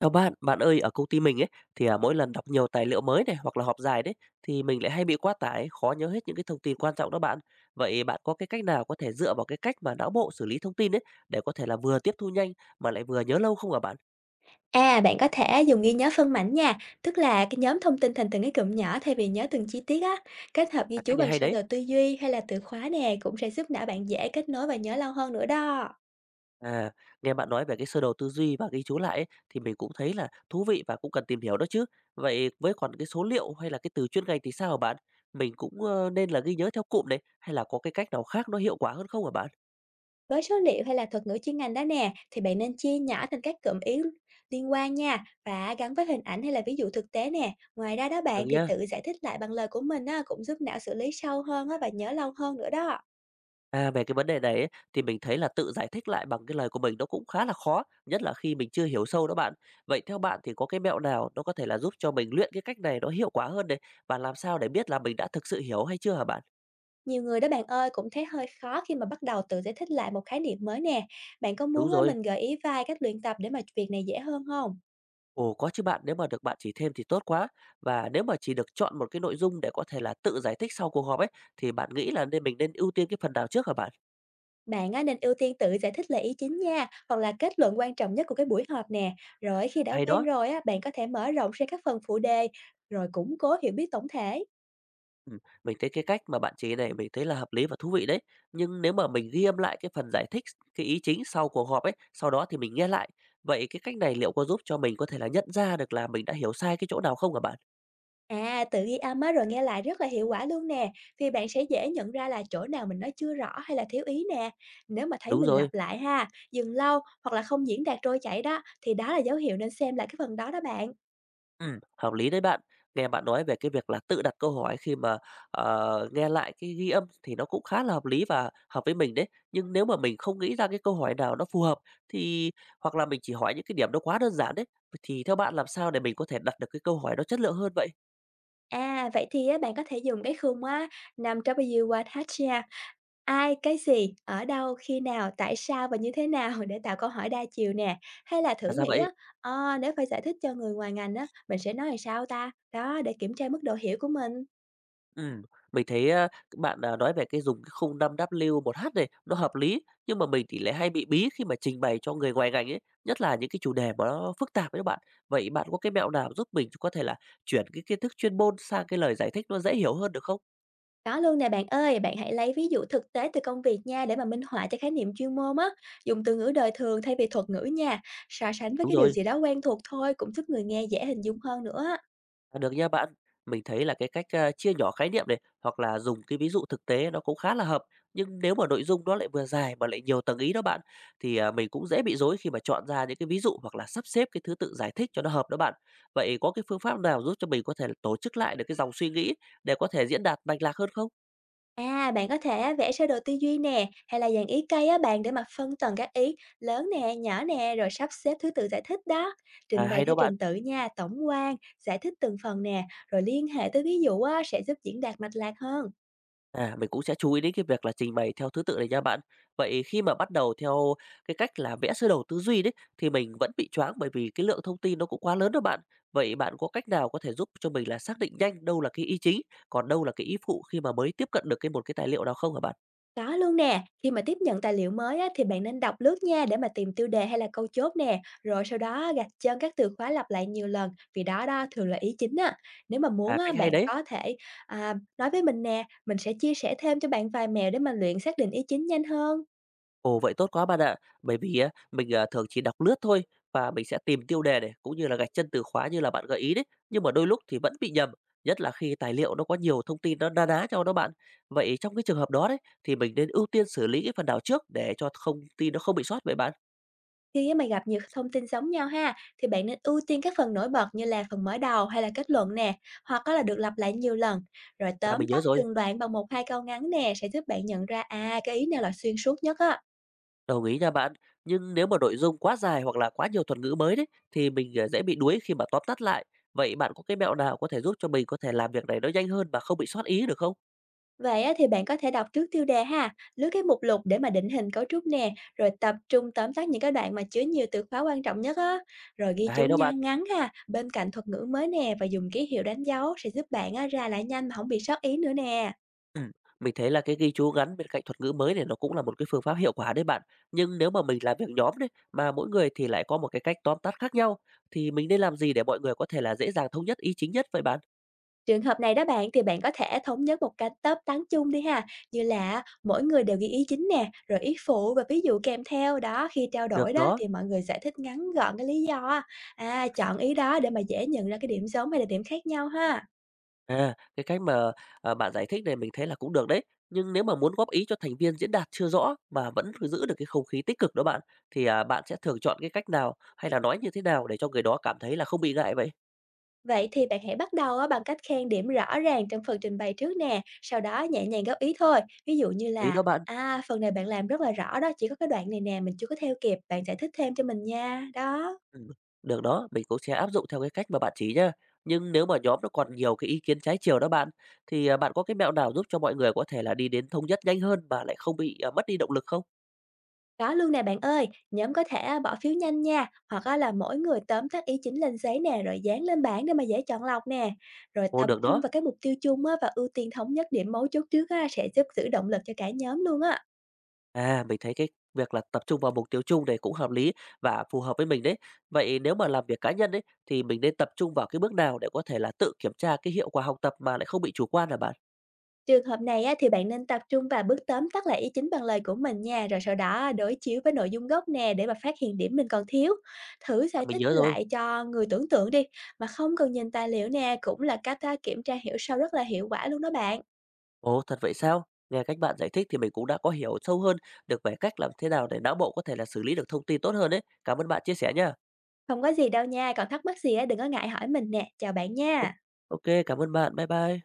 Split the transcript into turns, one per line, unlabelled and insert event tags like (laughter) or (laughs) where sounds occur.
Chào bạn, bạn ơi, ở công ty mình ấy thì mỗi lần đọc nhiều tài liệu mới này hoặc là họp dài đấy thì mình lại hay bị quá tải, khó nhớ hết những cái thông tin quan trọng đó bạn. Vậy bạn có cái cách nào có thể dựa vào cái cách mà não bộ xử lý thông tin ấy để có thể là vừa tiếp thu nhanh mà lại vừa nhớ lâu không hả bạn?
À, bạn có thể dùng ghi nhớ phân mảnh nha, tức là cái nhóm thông tin thành từng cái cụm nhỏ thay vì nhớ từng chi tiết á. Kết hợp ghi
À,
chú
cách này
bằng
hay
sơ
đấy.
đồ tư duy hay là từ khóa nè cũng sẽ giúp não bạn dễ kết nối và nhớ lâu hơn nữa đó.
À, Nghe bạn nói về cái sơ đồ tư duy và ghi chú lại ấy, thì mình cũng thấy là thú vị và cũng cần tìm hiểu đó chứ. Vậy với còn cái số liệu hay là cái từ chuyên ngành thì sao hả bạn? Mình cũng nên là ghi nhớ theo cụm này hay là có cái cách nào khác nó hiệu quả hơn không hả bạn?
Với số liệu hay là thuật ngữ chuyên ngành đó nè, thì bạn nên chia nhỏ thành các cụm ý liên quan nha và gắn với hình ảnh hay là ví dụ thực tế nè. Ngoài ra đó
Được
bạn thì
nhá.
tự giải thích lại bằng lời của mình á, cũng giúp não xử lý sâu hơn á, và nhớ lâu hơn nữa đó.
À, về cái vấn đề này ấy, thì mình thấy là tự giải thích lại bằng cái lời của mình nó cũng khá là khó, nhất là khi mình chưa hiểu sâu đó bạn. Vậy theo bạn thì có cái mẹo nào nó có thể là giúp cho mình luyện cái cách này nó hiệu quả hơn này và làm sao để biết là mình đã thực sự hiểu hay chưa hả bạn?
Nhiều người đó bạn ơi cũng thấy hơi khó khi mà bắt đầu tự giải thích lại một khái niệm mới nè. Bạn có
Đúng
muốn á,
rồi.
mình gợi ý vài cách luyện tập để mà việc này dễ hơn không?
Ồ có chứ bạn, nếu mà được bạn chỉ thêm thì tốt quá. Và nếu mà chỉ được chọn một cái nội dung để có thể là tự giải thích sau cuộc họp ấy thì bạn nghĩ là nên mình nên ưu tiên cái phần nào trước hả bạn?
Bạn á, nên ưu tiên tự giải thích là ý chính nha, hoặc là kết luận quan trọng nhất của cái buổi họp nè. Rồi khi đã
Hay
quen
đó.
rồi á, bạn có thể mở rộng sang các phần phụ đề, rồi củng cố hiểu biết tổng thể.
Ừm, mình thấy cái cách mà bạn chỉ này mình thấy là hợp lý và thú vị đấy. Nhưng nếu mà mình ghi âm lại cái phần giải thích, cái ý chính sau cuộc họp ấy, sau đó thì mình nghe lại, vậy cái cách này liệu có giúp cho mình có thể là nhận ra được là mình đã hiểu sai cái chỗ nào không hả bạn?
À, tự ghi âm á rồi nghe lại rất là hiệu quả luôn nè, vì bạn sẽ dễ nhận ra là chỗ nào mình nói chưa rõ hay là thiếu ý nè. Nếu mà thấy
Đúng
mình
rồi,
lặp lại ha, dừng lâu hoặc là không diễn đạt trôi chảy đó thì đó là dấu hiệu nên xem lại cái phần đó đó bạn.
hợp lý đấy bạn. Nghe bạn nói về cái việc là tự đặt câu hỏi khi mà, nghe lại cái ghi âm thì nó cũng khá là hợp lý và hợp với mình đấy. Nhưng nếu mà mình không nghĩ ra cái câu hỏi nào nó phù hợp thì hoặc là mình chỉ hỏi những cái điểm nó quá đơn giản đấy, thì theo bạn làm sao để mình có thể đặt được cái câu hỏi nó chất lượng hơn vậy?
À, vậy thì á, bạn có thể dùng cái khung á 5W1H nha. Ai, cái gì, ở đâu, khi nào, tại sao và như thế nào (laughs) để tạo câu hỏi đa chiều nè. Hay là thử
À, ra
nghĩ
vậy.
á, "Ờ, nếu phải giải thích cho người ngoài ngành á, mình sẽ nói làm sao ta? Đó, để kiểm tra mức độ hiểu của mình."
Ừm, mình thấy, bạn, nói về cái dùng cái khung 5W1H này nó hợp lý, nhưng mà mình thì lại hay bị bí khi mà trình bày cho người ngoài ngành ấy, nhất là những cái chủ đề mà nó phức tạp ấy các bạn. Vậy bạn có cái mẹo nào giúp mình có thể là chuyển cái kiến thức chuyên môn sang cái lời giải thích nó dễ hiểu hơn được không?
Có luôn nè bạn ơi, bạn hãy lấy ví dụ thực tế từ công việc nha để mà minh họa cho khái niệm chuyên môn á, dùng từ ngữ đời thường thay vì thuật ngữ nha. So sánh với
Đúng
cái điều
rồi.
gì đó quen thuộc thôi cũng giúp người nghe dễ hình dung hơn nữa á.
À, được nha bạn. Mình thấy là cái cách, chia nhỏ khái niệm này, hoặc là dùng cái ví dụ thực tế nó cũng khá là hợp. Nhưng nếu mà nội dung nó lại vừa dài mà lại nhiều tầng ý đó bạn, thì, mình cũng dễ bị rối khi mà chọn ra những cái ví dụ hoặc là sắp xếp cái thứ tự giải thích cho nó hợp đó bạn. Vậy có cái phương pháp nào giúp cho mình có thể là tổ chức lại được cái dòng suy nghĩ để có thể diễn đạt mạch lạc hơn không?
À, bạn có thể á, vẽ sơ đồ tư duy nè, hay là dàn ý cây á bạn để mà phân tầng các ý lớn nè, nhỏ nè, rồi sắp xếp thứ tự giải thích đó.
À,
Trình bày
hay
theo
đó bạn.
trình tự nha, tổng quan, giải thích từng phần nè, rồi liên hệ tới ví dụ á, sẽ giúp diễn đạt mạch lạc hơn.
À, mình cũng sẽ chú ý đến cái việc là trình bày theo thứ tự này nha bạn. Vậy khi mà bắt đầu theo cái cách là vẽ sơ đồ tư duy đấy thì mình vẫn bị choáng bởi vì cái lượng thông tin nó cũng quá lớn đó bạn. Vậy bạn có cách nào có thể giúp cho mình là xác định nhanh đâu là cái ý chính, còn đâu là cái ý phụ khi mà mới tiếp cận được một cái tài liệu nào không hả bạn?
Có luôn nè, khi mà tiếp nhận tài liệu mới á, thì bạn nên đọc lướt nha để mà tìm tiêu đề hay là câu chốt nè, rồi sau đó gạch chân các từ khóa lặp lại nhiều lần, vì đó đó thường là ý chính á. Nếu mà muốn
À,
á,
cách hay
bạn
đấy.
có thể à, nói với mình nè, mình sẽ chia sẻ thêm cho bạn vài mẹo để mà luyện xác định ý chính nhanh hơn.
Ồ, vậy tốt quá bạn ạ. Bởi vì á, mình, thường chỉ đọc lướt thôi và mình sẽ tìm tiêu đề này, cũng như là gạch chân từ khóa như là bạn gợi ý đấy, nhưng mà đôi lúc thì vẫn bị nhầm, nhất là khi tài liệu nó có nhiều thông tin nó na ná nhau đó bạn. Vậy trong cái trường hợp đó đấy, thì mình nên ưu tiên xử lý cái phần nào trước để cho thông tin nó không bị sót vậy bạn?
Khi á, mà gặp nhiều thông tin giống nhau ha, thì bạn nên ưu tiên các phần nổi bật như là phần mở đầu hay là kết luận nè, hoặc á là được lặp lại nhiều lần, rồi
À,
tóm
mình nhớ
tắt
rồi,
từng đoạn bằng một hai câu ngắn nè, sẽ giúp bạn nhận ra à cái ý nào là xuyên suốt nhất á.
đồng ý nha bạn. Nhưng nếu mà nội dung quá dài hoặc là quá nhiều thuật ngữ mới đấy, thì mình, dễ bị đuối khi mà tóm tắt lại. Vậy bạn có cái mẹo nào có thể giúp cho mình có thể làm việc này nó nhanh hơn mà không bị sót ý được không?
Vậy á, thì bạn có thể đọc trước tiêu đề ha, lướt cái mục lục để mà định hình cấu trúc nè, rồi tập trung tóm tắt những cái đoạn mà chứa nhiều từ khóa quan trọng nhất á, rồi ghi
À,
chú
hay đó bạn.
nhăn ngắn ha, bên cạnh thuật ngữ mới nè và dùng ký hiệu đánh dấu sẽ giúp bạn á, ra lại nhanh mà không bị sót ý nữa nè.
Ừm, mình thấy là cái ghi chú gắn bên cạnh thuật ngữ mới này nó cũng là một cái phương pháp hiệu quả đấy bạn. Nhưng nếu mà mình làm việc nhóm đấy, mà mỗi người thì lại có một cái cách tóm tắt khác nhau, thì mình nên làm gì để mọi người có thể là dễ dàng thống nhất ý chính nhất vậy bạn?
Trường hợp này đó bạn thì bạn có thể thống nhất một cái tóm tán chung đi ha, như là mỗi người đều ghi ý chính nè, rồi ý phụ và ví dụ kèm theo đó khi trao đổi
Được
đó
đó,
thì mọi người giải thích ngắn gọn cái lý do á, à chọn ý đó để mà dễ nhận ra cái điểm giống hay là điểm khác nhau ha.
cái cách mà, bạn giải thích này mình thấy là cũng được đấy. Nhưng nếu mà muốn góp ý cho thành viên diễn đạt chưa rõ mà vẫn cứ giữ được cái không khí tích cực đó bạn, thì, bạn sẽ thường chọn cái cách nào hay là nói như thế nào để cho người đó cảm thấy là không bị ngại vậy?
Vậy thì bạn hãy bắt đầu á bằng cách khen điểm rõ ràng trong phần trình bày trước nè, sau đó nhẹ nhàng góp ý thôi. Ví dụ như
Lý
là,
đó bạn.
à, phần này bạn làm rất là rõ đó, chỉ có cái đoạn này nè, mình chưa có theo kịp, bạn giải thích thêm cho mình nha, đó.
Ừm, được đó, mình cũng sẽ áp dụng theo cái cách mà bạn chỉ nhá. Nhưng nếu mà nhóm nó còn nhiều cái ý kiến trái chiều đó bạn, thì, bạn có cái mẹo nào giúp cho mọi người có thể là đi đến thống nhất nhanh hơn mà lại không bị, mất đi động lực không?
Đó luôn nè bạn ơi, nhóm có thể á, bỏ phiếu nhanh nha, hoặc á là mỗi người tóm tắt ý chính lên giấy nè, rồi dán lên bảng để mà dễ chọn lọc nè. Rồi
Ồ,
tập
được
trung
đó.
vào cái mục tiêu chung á, và ưu tiên thống nhất điểm mấu chốt trước á, sẽ giúp giữ động lực cho cả nhóm luôn á.
À, mình thấy cái việc là tập trung vào mục tiêu chung này cũng hợp lý và phù hợp với mình đấy. Vậy nếu mà làm việc cá nhân ấy, thì mình nên tập trung vào cái bước nào để có thể là tự kiểm tra cái hiệu quả học tập mà lại không bị chủ quan hả bạn?
Trường hợp này á, thì bạn nên tập trung vào bước tóm tắt lại ý chính bằng lời của mình nha, rồi sau đó đối chiếu với nội dung gốc nè để mà phát hiện điểm mình còn thiếu. Thử
À,
giải
mình
thích
nhớ rồi.
lại cho người tưởng tượng đi, mà không cần nhìn tài liệu nè, cũng là cách à, kiểm tra hiểu sâu rất là hiệu quả luôn đó bạn.
Ồ, thật vậy sao? Nghe cách bạn giải thích thì mình cũng đã có hiểu sâu hơn được về cách làm thế nào để não bộ có thể là xử lý được thông tin tốt hơn đấy. Cảm ơn bạn chia sẻ nha.
Không có gì đâu nha, còn thắc mắc gì á, đừng có ngại hỏi mình nè, chào bạn nha.
Ok, cảm ơn bạn. Bye bye.